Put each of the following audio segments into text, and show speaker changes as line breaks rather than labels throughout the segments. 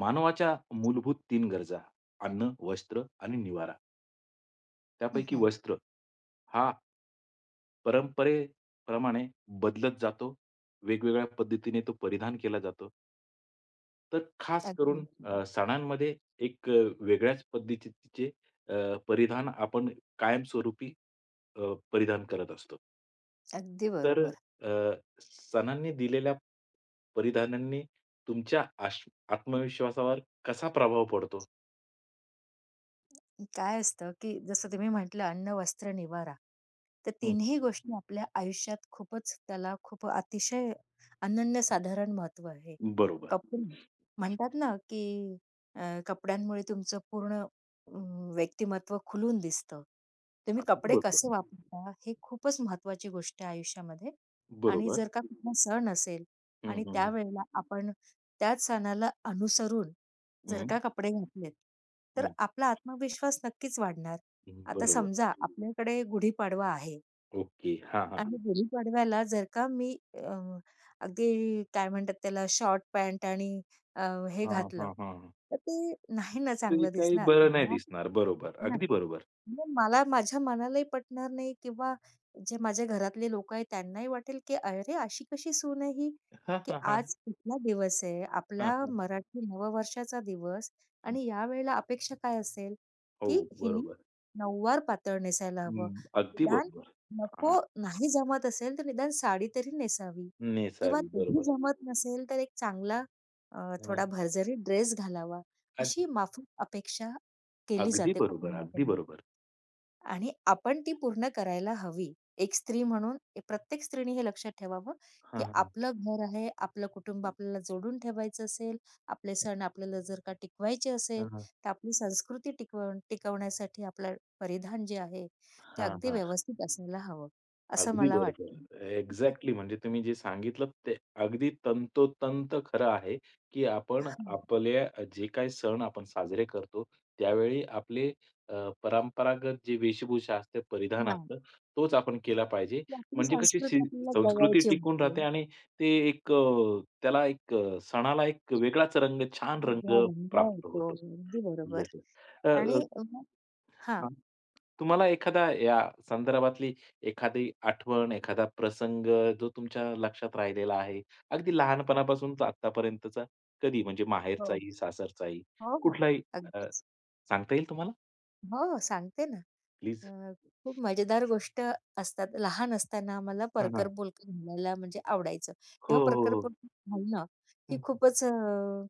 मानवाच्या मूलभूत तीन गरजा, अन्न, वस्त्र आणि निवारा.
हं,
त्यापैकी
हं.
वस्त्र हा परंपरेप्रमाणे बदलत जातो. वेगवेगळ्या पद्धतीने तो परिधान केला जातो. तर खास
अगदी
करून
बरोबर.
सणांमध्ये एक वेगळ्याच पद्धतीचे अ, परिधान आपण कायमस्वरूपी परिधान करत असतो.
अगदी
तर
बरोबर.
अ, सणांनी दिलेल्या परिधानांनी तुमच्या आत्मविश्वासावर कसा प्रभाव पडतो?
काय असतं, की जसं तुम्ही म्हटलं अन्न, वस्त्र, निवारा. तर
हं,
तिन्ही गोष्टी आपल्या आयुष्यात खूपच त्याला खूप अतिशय अनन्यसाधारण महत्त्व आहे.
बरोबर.
कपडे म्हणतात ना, की कपड्यांमुळे तुमचं पूर्ण व्यक्तिमत्त्व खुलून दिसतं. तुम्ही
अगदी
कपडे
बरोबर.
कसे वापरता हे खूपच महत्त्वाची गोष्ट आहे आयुष्यामध्ये. आणि
बरोबर.
जर का कुठला सण असेल
हं,
आणि
हं, हं.
त्यावेळेला आपण त्याच सणाला अनुसरून जर
हं,
का कपडे घातलेत, तर
हं.
आपला आत्मविश्वास नक्कीच वाढणार. आता
बरोबर.
समजा आपल्याकडे गुढीपाडवा आहे
ओके. हां, हां,
आणि
हां.
गुढीपाडव्याला जर का मी अगदी काय म्हणतात त्याला शॉर्ट पॅन्ट आणि अ, हे
हां,
घातलं,
हां,
तर ते नाही ना
ते
चांगलं
काही
दिसणार.
बरं नाही
मला
दिसणार. बरोबर. अगदी बरोबर.
मग मला माझ्या मनालाही पटणार नाही किंवा जे माझ्या घरातले लोकं आहेत त्यांनाही वाटेल, की "अरे, अशी कशी सून आहे ही?"
हां,
की
हां, हां.
आज कुठला दिवस आहे?
हां,
आपला
हां.
मराठी नववर्षाचा दिवस
हं.
आणि यावेळेला अपेक्षा काय असेल,
हो,
की हिने
बरोबर.
नऊवार पातळ नेसायला हवं.
हं, अगदी
निदान
बरोबर. हां,
नको नाही जमत असेल, तर निदान साडी तरी नेसावी किंवा
नेसावी.
तेही
बरोबर.
जमत नसेल, तर एक चांगला अ,
हं.
थोडा भरजरी ड्रेस घालावा.
अग
अशी माफक अपेक्षा केली
अगदी
जाते
बरोबर, अगदी
कुटुंबाकडून.
बरोबर.
आणि आपण ती पूर्ण करायला हवी. एक स्त्री म्हणून प्रत्येक स्त्रीने हे लक्षात ठेवावं, की
हां, हां.
आपलं घर आहे, आपलं कुटुंब आपल्याला जोडून ठेवायचं असेल, आपले सण आपल्याला जर का टिकवायचे असेल,
हां, हां.
तर आपली संस्कृती टिकवण्यासाठी आपलं परिधान जे आहे, ते
हां,
अगदी
हां.
व्यवस्थित असायला हवं, असं
अगदी
मला वाटतं.
बरोबर. एक्झॅक्टली म्हणजे तुम्ही जे सांगितलंत ते अगदी तंतोतंत खरं आहे, की आपण
हं,
आपल्या जे काही सण आपण साजरे करतो, त्यावेळी आपले अ, परंपरागत जी वेशभूषा असते, परिधान
हां.
असतं, तोच आपण केला पाहिजे.
की आपली
म्हणजे कशी
संस्कृती आपल्याला
संस्कृती
जवळची
टिकून
वाटते.
राहते आणि ते एक त्याला एक सणाला एक वेगळाच रंग, छान रंग
वेगळा रंग
प्राप्त
येतो.
होतो.
अगदी बरोबर
येस,
आणि हां.
हां. तुम्हाला एखादा या संदर्भातली एखादी आठवण, एखादा प्रसंग जो तुमच्या लक्षात राहिलेला आहे, अगदी लहानपणापासून तर आत्तापर्यंतचा कधी म्हणजे
हो,
माहेरचाही, सासरचाही,
हो, हो.
कुठलाही अ,
अगदीच.
सांगता येईल तुम्हाला
हो, सांगते ना.
प्लीज?
अ, खूप मजेदार गोष्ट असतात. लहान असताना आम्हाला
हां, हां.
परकर-बोलकर घालायला म्हणजे आवडायचं.
हो,
तेव्हा
हो, हो.
परकर-बोलकर घालणं ही
हं.
खूपच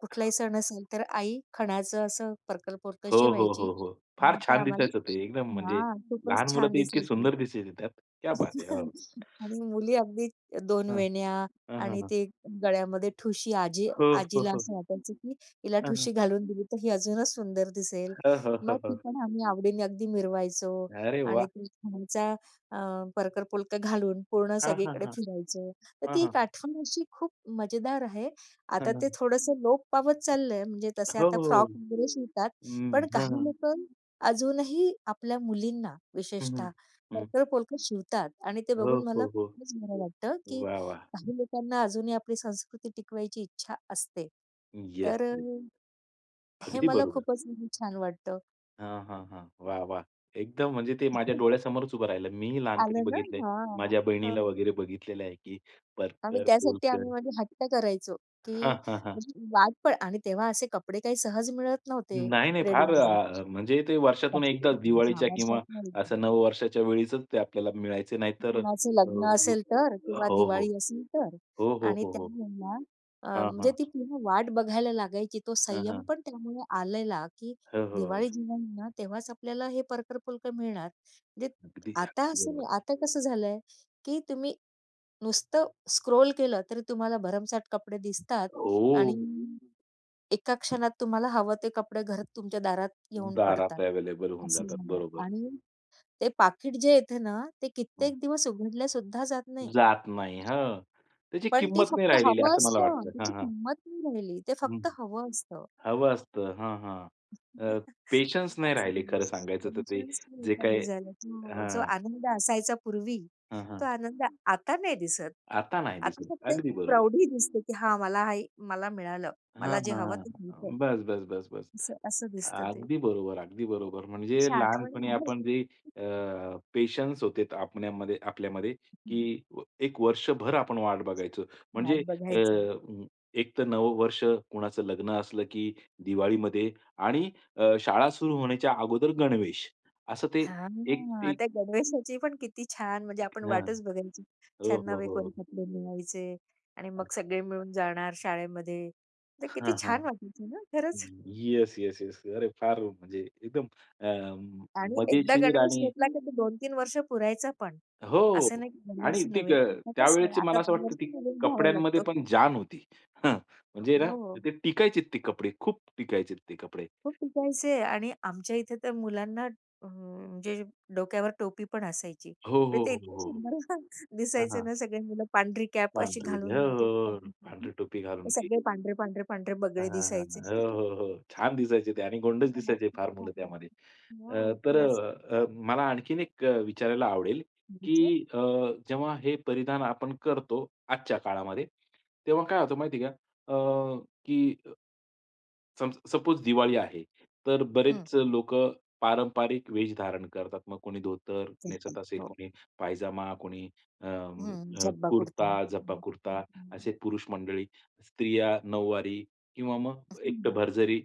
कुठलाही सण असेल तर आई खणाचं असं परकर-बोलकर
हो, हो,
शिवायची
हो, हो. फार
आणि ते
छान
आम्हाला
दिसायचं ते एकदम म्हणजे
हां, खूपच
लहान मुलं
छान
तर इतकी
दिसायचं.
सुंदर दिसायची त्यात. क्या बात है! हो.
आणि मुली अगदी दोन
हां.
वेण्या
हां, हां,
आणि
हां.
ते गळ्यामध्ये ठुशी आजी
हो, हो,
आजीला
हो.
असं वाटायचं, की हिला
हां, हां.
ठुशी घालून दिली तर ही अजूनच सुंदर दिसेल.
हो, हो, हो,
मग ती
हो.
पण आम्ही आवडीने अगदी मिरवायचो
अरे वाह!
आणि ती छानचा परकर पुलका घालून पूर्ण
हां, हां,
सगळीकडे
हां.
फिरायचो. तर
हां,
ती
हां.
एक आठवण अशी खूप मजेदार आहे. आता ते
हां,
थोडंसं लोप पावत चाललंय म्हणजे तसे
हो,
आता
हो. हो.
फ्रॉक वगैरे शिवतात.
हं,
पण
हां,
काही
हां.
लोकं अजूनही आपल्या मुलींना
हं, हं.
विशेषतः
हं.
परकर-पोलकर शिवतात आणि ते
हो,
बघून
हो,
मला
हो.
खूपच बरं वाटतं, की
वाह, वाह!
काही लोकांना अजूनही आपली संस्कृती टिकवायची इच्छा असते.
येस,
तर
येस.
हे
अगदी
मला
बरोबर.
खूपच म्हणजे छान वाटतं.
हां, हां, हां. वाह, वाह! एकदम म्हणजे ते माझ्या डोळ्यासमोरच उभं राहिलं. मीही लहानपणी
आलं ना?
बघितलंय.
हां.
माझ्या
अ,
बहिणीला वगैरे बघितलेलं आहे, की
आणि
परकर,
त्यासाठी
बोलकर
आम्ही म्हणजे हट्ट करायचो,
हां,
की
हां, हां.
म्हणजे वाट पण आणि तेव्हा असे कपडे काही सहज मिळत नव्हते
नाही, नाही. फार
रेडीमेड.
म्हणजे ते वर्षातून एकदाच
हां,
दिवाळीच्या किंवा
वर्षातनं एकदा.
असं नववर्षाच्या वेळीचच ते आपल्याला मिळायचे. नाहीतर
कुणाचं लग्न असेल तर किंवा
हो, हो.
दिवाळी असेल तर
हो, हो,
आणि
हो, हो.
त्यावेळेला
हां,
म्हणजे
हां.
ती पुन्हा वाट बघायला लागायची. तो
हां,
संयम
हां.
पण त्यामुळे आलेला, की
हो, हो, हो.
दिवाळी जेव्हा येईल ना, तेव्हाच आपल्याला हे परकर-पुलकर मिळणार. म्हणजे
अगदी,
आता
अगदी
असं
बरोबर.
नाही. आता कसं झालंय, की तुम्ही नुसतं स्क्रोल केलं तरी तुम्हाला भरमसाठ कपडे दिसतात
हो.
आणि एका क्षणात तुम्हाला हवं ते कपडे घरात तुमच्या दारात येऊन
दारात
पडतात.
अवेलेबल होऊन
असं
जातात.
झालंय
बरोबर.
आणि ते पाकीट जे येतं ना, ते
हं.
कित्येक दिवस उघडल्या सुद्धा जात नाही.
जात नाही. हां. त्याची
पण ती
किंमत नाही
फक्त
राहिलेली
हवं
असं मला
असतं.
वाटतं. हां,
त्याची
हां.
किंमत नाही राहिली. ते
हं.
फक्त हवं असतं.
हवं असतं. हां, हां. अ, पेशन्स नाही
असं
राहिले
नाही.
खरं सांगायचं तर ते
टेन्शनच नाही
जे काही
कमी झालं. हो, जो
हां.
आनंद असायचा पूर्वी,
हां,
तो
हां.
आनंद आता नाही दिसत.
आता नाही
आता
दिसत.
फक्त एक
अगदी बरोबर.
प्रौढी दिसते, की हां, मला मिळालं.
हां,
मला जे
हां,
हवं ते मिळतं.
हां. बस, बस, बस, बस.
असं असं दिसतं ते.
अगदी बरोबर, अगदी बरोबर. म्हणजे
अशा आठवणी
लहानपणी आपण
आहेत.
जे अ, पेशन्स होते त- आपण्यामध्ये आपल्यामध्ये, की 1 वर्षभर आपण वाट बघायचो. म्हणजे
वाट
अ,
बघायची.
म, एक तर नव वर्ष कुणाचं लग्न असलं, की दिवाळीमध्ये आणि शाळा सुरू होण्याच्या अगोदर गणवेश. असं ते एक
हां,
ते
त्या गणवेशाची पण किती छान म्हणजे आपण
हां.
वाटच बघायची.
हो,
छान
हो,
नवे कोरी
हो.
कपडे मिळायचे आणि मग सगळे मिळून जाणार शाळेमध्ये. तर किती
हां, हां.
छान वाटायचं ना खरंच.
Yes, yes, yes. अरे, फार म्हणजे एकदम अ, म-
आणि एकदा
मजेशीर
गणवेश
आणि
घेतला की तो 2-3 वर्ष पुरायचा पण.
हो.
असं नाही की
आणि
दरवर्षी
ती ग
नवीन. आता कसं आहे,
त्यावेळेची
आता
मला असं वाटतं ती
दरवर्षी नवीन घ्यावा
कपड्यांमध्ये
लागतो.
पण जान होती. हं, म्हणजे ना
हो,
ते टिकायचेत ते कपडे, खूप टिकायचेत ते कपडे.
खूप टिकायचे आणि आमच्या इथे तर मुलांना म्हणजे डोक्यावर टोपी पण असायची.
हो,
म्हणजे
हो,
ते
हो,
इतकं
हो.
सुंदर
हां,
दिसायचं
हां.
ना सगळे मुलं पांढरी कॅप अशी
पांढरी
घालून
हो, हो,
जायचे
हो. पांढरी
ते
टोपी घालून ती.
सगळे पांढरे, पांढरे, पांढरे
हां,
बगळे
हां, हां.
दिसायचे.
हो, हो, हो. छान दिसायचे ते आणि गोंडच
मला
दिसायचे
खूप
फार मुलं
छान
त्यामध्ये.
वाटलं.
अ,
हो,
तर
खरंच.
अ, अ, मला आणखीन एक विचारायला आवडेल, की
विचार
अ, जेव्हा हे परिधान आपण करतो आजच्या काळामध्ये, तेव्हा काय होतं माहिती का? अ, की सपोज दिवाळी आहे, तर
हं.
बरेच लोक पारंपरिक वेष धारण करतात. मग कोणी धोतर नेसत
करतात.
असेल,
हो.
कोणी पायजामा, कोणी
हं, झब्बा कुर्ता.
कुर्ता, जब्बा
हं, हं,
कुर्ता
हं.
असे पुरुष मंडळी, स्त्रिया नऊवारी किंवा मग एकटं
हं.
भरजरी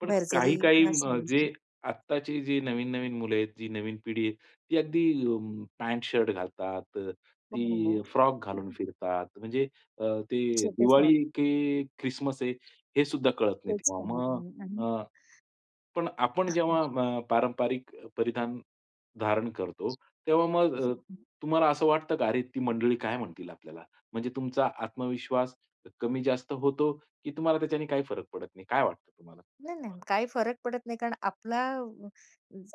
पण
भरजरी
काही काही
साडी.
जे आत्ताची जी नवीन-नवीन मुलं आहेत, जी नवीन पिढी आहे, ती अगदी पॅन्ट शर्ट घालतात, ती
हो.
फ्रॉक घालून फिरतात. म्हणजे अ, ते
छोटे फ्रॉक
दिवाळी की ख्रिसमस आहे हे सुद्धा कळत नाही
तेच
तेव्हा.
करत
मग
मी आणि
अ, पण आपण जेव्हा पारंपरिक परिधान धारण करतो, तेव्हा मग
हं,
तुम्हाला असं वाटतं का, "अरे, ती मंडळी काय म्हणतील आपल्याला?" म्हणजे तुमचा आत्मविश्वास कमी जास्त होतो, की तुम्हाला त्याच्याने काही फरक पडत नाही? काय वाटतं तुम्हाला?
नाही, नाही. काही फरक पडत नाही कारण आपला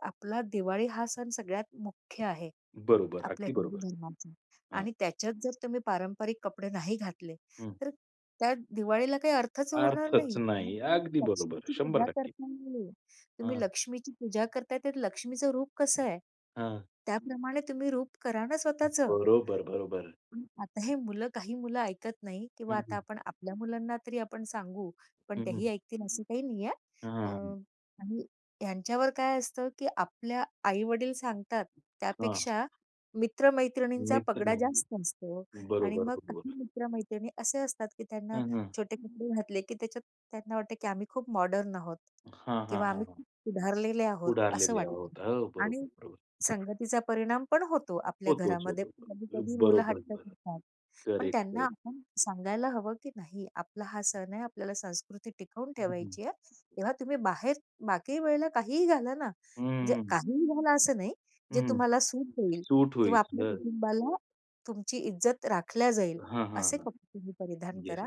आपला दिवाळी हा सण सगळ्यात मुख्य आहे.
बरोबर.
आपल्या
अगदी
हिंदू
बरोबर.
धर्माचं
हां.
आणि त्याच्यात जर तुम्ही पारंपरिक कपडे नाही घातले,
हं.
तर त्या दिवाळीला काही अर्थच उरणार
अर्थच
नाही. मग
नाही.
तुम्ही
अगदी बरोबर.
लक्ष्मीची पूजा
100%
करताय, तुम्ही
हां,
लक्ष्मीची पूजा करताय, तर लक्ष्मीचं रूप कसं आहे?
हां.
त्याप्रमाणे तुम्ही रूप करा ना स्वतःचं.
बरोबर, बरोबर.
पण आता हे मुलं काही मुलं ऐकत नाही किंवा
हं,
आता
हं.
आपण आपल्या मुलांना तरी आपण सांगू, पण
हं,
तेही
हं.
ऐकतील असं काही नाहीये.
हां,
अ,
हां.
आणि ह्यांच्यावर काय असतं, की आपल्या आई-वडील सांगतात त्यापेक्षा मित्र पगडा
मित्र.
जास्त असतो आणि
बरोबर,
मग काही
बरोबर.
मित्र असे असतात, की त्यांना
हं, हं.
छोटे कपडे घातले, की त्याच्यात त्यांना वाटतं, की आम्ही खूप मॉडर्न आहोत
हां, हां,
किंवा
हां,
आम्ही
हां.
खूप सुधारलेले आहोत असं
उडारलेले
वाटतं
आहोत. हो,
आणि
बरोबर, बरोबर.
संगतीचा परिणाम पण होतो आपल्या
होतोच,
घरामध्ये.
होतो.
कधी-कधी मुलं
बरोबर,
हट्ट
बरोबर.
करतात. पण
करेक्ट,
त्यांना
करेक्ट.
आपण सांगायला हवं, की नाही आपला हा सण आहे, आपल्याला संस्कृती टिकवून
हं, हं.
ठेवायची आहे. तेव्हा तुम्ही बाहेर बाकी वेळेला काहीही घाला ना, म्हणजे काहीही घाला असं नाही, जे
हं,
तुम्हाला सूट देईल
सूट
किंवा
होईल.
आपल्या
हं.
कुटुंबाला तुमची इज्जत राखल्या जाईल,
हां, हां,
असे
हां.
कपडे तुम्ही परिधान
येस,
करा.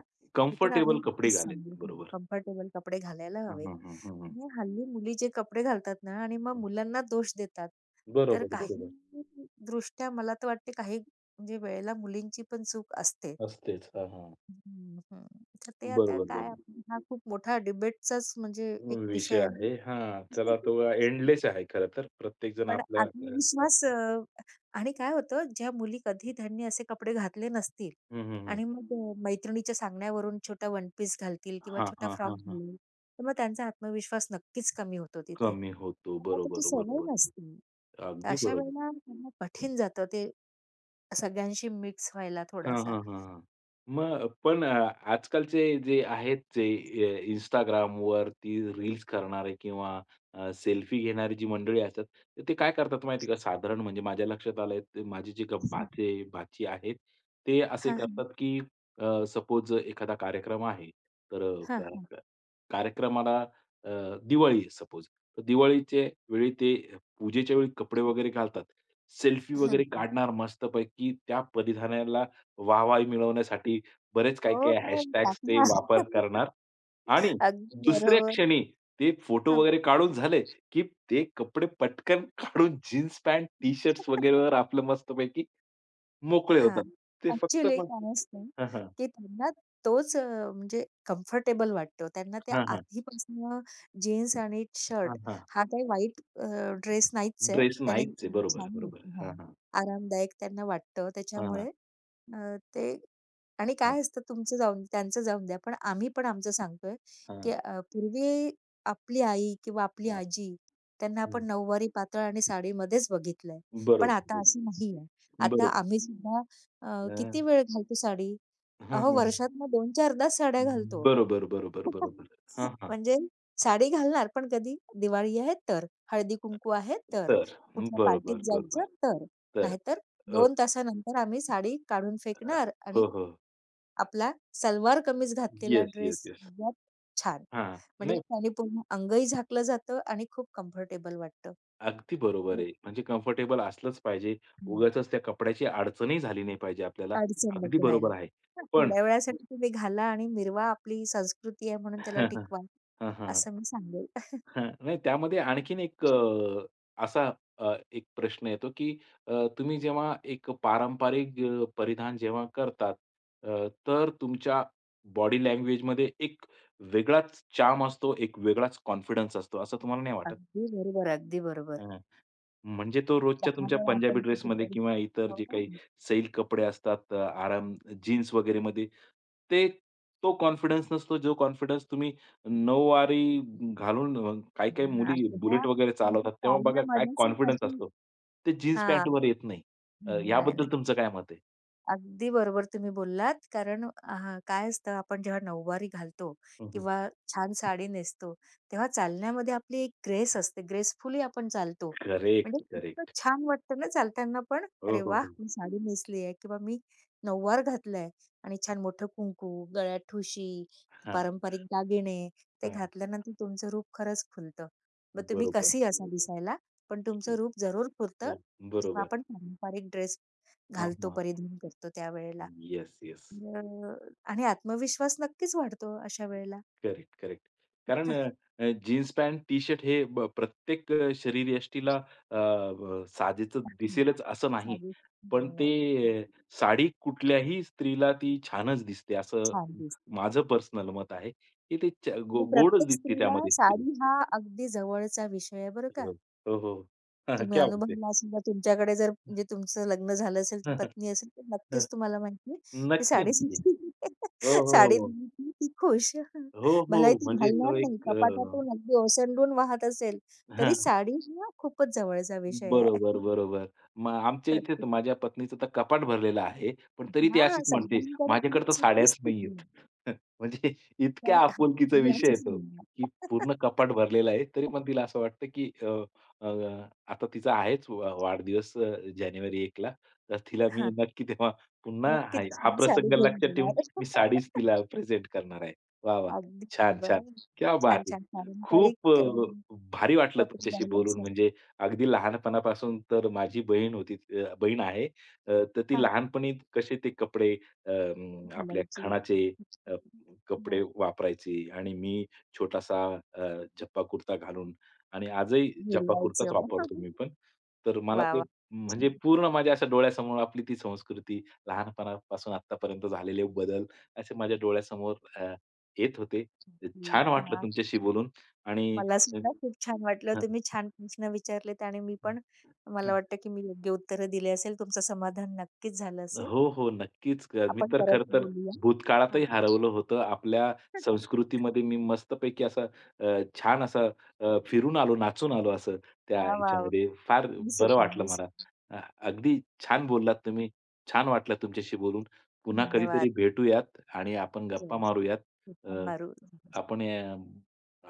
हे तर आम्ही
कम्फर्टेबल कपडे
नक्कीच
घालेत.
सांगू.
बरोबर.
कम्फर्टेबल कपडे घालायला
हं,
हवे.
हं, हं, हं, हं.
आणि हल्ली मुली जे कपडे घालतात ना आणि मग
हं.
मुलांना दोष देतात. तर
बरोबर, बरोबर.
काही दृष्ट्या मला तर वाटते काही म्हणजे वेळेला मुलींची पण चूक असते.
असतेच. हां, हां.
हं, हं. तर ते आता
बरोबर,
काय
बरोबर.
हा खूप मोठा डिबेटचाच म्हणजे एक
विषय
विषय
आहे.
आहे.
हां, त्याला तो एंडलेस आहे खरं तर. प्रत्येकजण
पण
आपल्या
आत्मविश्वास आणि काय होतं ज्या मुली कधी त्यांनी असे कपडे घातले नसतील
हं, हं, हं.
आणि मग मैत्रिणीच्या सांगण्यावरून छोटा वन पीस घालतील किंवा
हां,
छोटा
हां,
फ्रॉक
हां, हां.
घालेल, तर मग त्यांचा आत्मविश्वास नक्कीच कमी होतो तिथे.
कमी होतो.
त्यांना त्याची
बरोबर,
सवय
बरोबर.
नसते. तर
अगदी
अशा
बरोबर.
वेळेला त्यांना कठीण जातं ते सगळ्यांशी मिक्स व्हायला
हां,
थोडासा.
हां, हां, हां. मग पण आजकालचे जे आहेत जे अ, Instagramवरती रील्स करणारे किंवा सेल्फी घेणारी जी मंडळी असतात, तर ते काय करतात माहिती आहे का? साधारण म्हणजे माझ्या लक्षात आलंय, ते माझे जे ग- भाचे भाची आहेत, ते असे
हां, हां.
करतात की सपोज एखादा कार्यक्रम आहे, तर
हां,
अ,
हां.
क कार्यक्रमाला अ, दिवाळी सपोज, तर दिवाळीच्या वेळी ते पूजेच्या वेळी कपडे वगैरे घालतात. सेल्फी
हं,
वगैरे
हं.
काढणार मस्तपैकी त्या परिधानाला वाहवाही मिळवण्यासाठी बरेच
हो,
काही-काही
हो.
हॅशटॅग्स ते
टाकणार.
वापर करणार आणि
अगदी
दुसऱ्या
बरोबर.
क्षणी ते फोटो
हां.
वगैरे काढून झाले, की ते कपडे पटकन काढून जीन्स पॅन्ट, टी-शर्ट्स वगैरेवर आपलं मस्तपैकी मोकळे
हां.
होतात. ते फक्त
ॲक्चुअली
मग
काय असतं,
हां, हां.
की त्यांना तोच म्हणजे कम्फर्टेबल वाटतो. त्यांना ते
हां, हां.
आधीपासनं जीन्स आणि
हां,
शर्ट
हां.
हा काही वाईट ड्रेस नाहीच आहे.
ड्रेस
त्याने
नाहीच आहे. बरोबर,
छान
बरोबर. हां,
हां,
हां.
आरामदायक त्यांना वाटतं.
हां, हां.
त्याच्यामुळे ते आणि
हां,
काय असतं तुमचं त्यांचं जाऊन द्या. पण आम्ही पण आमचं सांगतोय, की
हां.
पूर्वी आपली आई किंवा आपली आजी त्यांना
हं.
आपण नऊवारी पातळ आणि साडीमध्येच बघितलंय. पण
बरोबर,
आता
बरोबर.
असं नाहीये. आता
बरोबर.
आम्ही सुद्धा
अ,
किती वेळ घालतो साडी?
हां, हां.
अहो,
हां.
वर्षातनं 2-4दाच साड्या घालतो.
बरोबर, बरोबर, बरोबर. हां, हां.
म्हणजे साडी घालणार, पण कधी दिवाळी आहे तर, हळदी-कुंकू आहे तर,
तर
कुठल्या पार्टीत
बरोबर, बरोबर.
जायचं तर.
तर
नाहीतर
अ,
2 तासानंतर आम्ही साडी काढून
अ,
फेकणार आणि
हो, हो.
आपला सलवार कमीज घातलेला
येस,
ड्रेस
येस, येस.
सगळ्यात छान.
हां.
म्हणजे
नाही,
त्याने पूर्ण अंगही झाकलं जातं आणि खूप कम्फर्टेबल वाटतं.
अगदी बरोबर
तर
आहे. म्हणजे कम्फर्टेबल असलंच पाहिजे.
हं.
उगाचच त्या कपड्याची अडचणही झाली नाही पाहिजे आपल्याला.
अडचण
अगदी
नको व्हायला.
बरोबर आहे.
हां,
पण
थोड्या वेळासाठी तुम्ही घाला आणि मिरवा आपली संस्कृती आहे म्हणून त्याला
हां, हां.
टिकवा, असं मी सांगेल.
हां. नाही त्यामध्ये आणखीन एक असा एक प्रश्न येतो, की अ, तुम्ही जेव्हा एक पारंपरिक परिधान जेव्हा करतात, तर तुमच्या बॉडी लँग्वेजमध्ये एक वेगळाच चार्म असतो, एक वेगळाच कॉन्फिडन्स असतो, असं तुम्हाला नाही वाटत?
अगदी बरोबर, अगदी बरोबर.
म्हणजे तो रोजच्या
10
तुमच्या
वेळा
पंजाबी
आपण किती
ड्रेसमध्ये
बरीच
किंवा इतर
हो
जे काही
ना.
सैल कपडे असतात, आराम जीन्स वगैरेमध्ये ते तो कॉन्फिडन्स नसतो, जो कॉन्फिडन्स तुम्ही नऊवारी घालून काही-काही
हां,
मुली
तेव्हा
बुलेट वगैरे
तुमच्या
चालवतात, तेव्हा बघा काय
चालण्यामध्येच एक
कॉन्फिडन्स
अशी
असतो. ते जीन्स
हां.
पॅन्टवर येत नाही.
नाही, नाही,
याबद्दल
नाही.
तुमचं काय मत आहे?
अगदी बरोबर तुम्ही बोललात. कारण काय असतं आपण जेव्हा नऊवारी घालतो किंवा छान साडी नेसतो, तेव्हा चालण्यामध्ये आपली एक ग्रेस असते. ग्रेसफुली आपण चालतो. म्हणजे
करेक्ट,
इतकं
करेक्ट.
छान वाटतं ना चालताना पण,
हो,
"अरे
हो,
वाह!
हो.
मी साडी नेसली आहे किंवा मी नऊवार घातलाय" आणि छान मोठं कुंकू, गळ्यात ठुशी,
हां,
पारंपरिक दागिने ते
हां.
घातल्यानंतर तुमचं रूप खरंच फुलतं. मग तुम्ही
बरोबर.
कसेही असा दिसायला, पण तुमचं
हं.
रूप जरूर फुलतं जेव्हा
बरोबर.
आपण पारंपरिक ड्रेस
हां,
घालतो,
हां.
परिधान करतो त्यावेळेला.
Yes, yes.
तर आणि आत्मविश्वास नक्कीच वाढतो अशा वेळेला.
Correct, correct. कारण अ, अ, जीन्स पॅन्ट, टी-शर्ट हे प्रत्येक शरीरयष्टीला अ, ब साजेसं
हां,
दिसेलच असं नाही.
साडी
पण
नाही.
ते अ, साडी कुठल्याही स्त्रीला ती छानच दिसते असं
छान दिसते
माझं पर्सनल मत आहे, की ते च गो
आणि
गोडच
प्रत्येक
दिसते
स्त्रीला
त्यामध्ये स्त्री.
साडी हा अगदी जवळचा विषय आहे बरं का.
हो, हो, हो.
तुम्ही
क्या बात
अनुभवला असेल तर तुमच्याकडे जर म्हणजे तुमचं लग्न झालं असेल, पत्नी असेल तर नक्कीच तुम्हाला माहिती की
नक्की,
साडी
नक्की. हो, हो,
साडी
हो.
दिली की ती खुश.
हो,
भलाही
हो.
ती
म्हणजे तो
घालणार नाही,
एक
कपाटातून अगदी ओसंडून वाहत असेल, तरी साडी हा खूपच जवळचा विषय आहे
बरोबर, बरोबर. मग आमच्या इथे तर
प्रत्येक
माझ्या पत्नीचं तर कपाट भरलेलं आहे. पण तरी ती
हां,
अशीच म्हणते,
सगळ्यांकडे
"माझ्याकडे तर
तीच तीच
साड्याच
स्थिती
नाहीयेत."
आहे.
म्हणजे इतक्या
तर हां,
आपुलकीचा
मी
विषय आहे
असंच
तो,
म्हणणार.
की पूर्ण कपाट भरलेलं आहे. तरी पण तिला असं वाटतं, की अ, अ, आता तिचा आहेच वाढदिवस जानेवारी 1 ला. तर तिला मी
हां,
नक्की तेव्हा पुन्हा हा
नक्कीच
हा
छान साडी
प्रसंग
घेऊन
लक्षात ठेवून
देणार.
मी साडीच तिला प्रेझेंट करणार आहे. वाह, वाह!
अगदी
छान, छान.
बरोबर.
क्या
छान,
बात है!
छान
खूप
पारंपरिक
भारी वाटलं
कपडे
तुमच्याशी
घालायला
बोलून.
सांग.
म्हणजे अगदी लहानपणापासून तर माझी बहीण आहे. तर ती
हां,
लहानपणी कसे ते कपडे आपल्या
घालायची.
खणाचे अ, कपडे
हां,
वापरायची आणि मी छोटासा अ, झप्पा कुर्ता घालून आणि आजही झप्पा कुर्ताच
मिरवायचं.
वापरतो मी पण. तर मला
वाह,
ते
वाह! छान.
म्हणजे पूर्ण माझ्या अशा डोळ्यासमोर आपली ती संस्कृती, लहानपणापासून आत्तापर्यंत झालेले बदल असे माझ्या डोळ्यासमोर येत होते. छान वाटलं
हां,
तुमच्याशी बोलून आणि
मला
हं,
सुद्धा खूप छान वाटलं. तुम्ही छान प्रश्न विचारलेत आणि मी पण मला वाटतं, की मी योग्य उत्तरं दिली असेल. तुमचं समाधान नक्कीच झालं असेल.
हो, हो. नक्कीच. मी
आपण
तर
परत
खरं तर
बोलूया. हां.
भूतकाळातही हरवलं होतं. आपल्या संस्कृतीमध्ये मी मस्तपैकी असा छान असा फिरून आलो, नाचून आलो असं त्या
वाह, वाह!
ह्याच्यामध्ये. फार
मी
बरं
सगळी
वाटलं मला. अ, अगदी छान बोललात तुम्ही. छान वाटलं तुमच्याशी बोलून. पुन्हा कधीतरी
धन्यवाद.
भेटूयात आणि आपण
जय
गप्पा मारूयात.
श्री कृष्ण
अ,
मारू.
आपण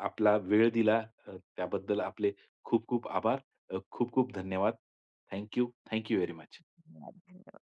आपला वेळ दिला अ, त्याबद्दल आपले खूप खूप आभार. खूप खूप धन्यवाद. Thank you. Thank you very much.
धन्यवाद.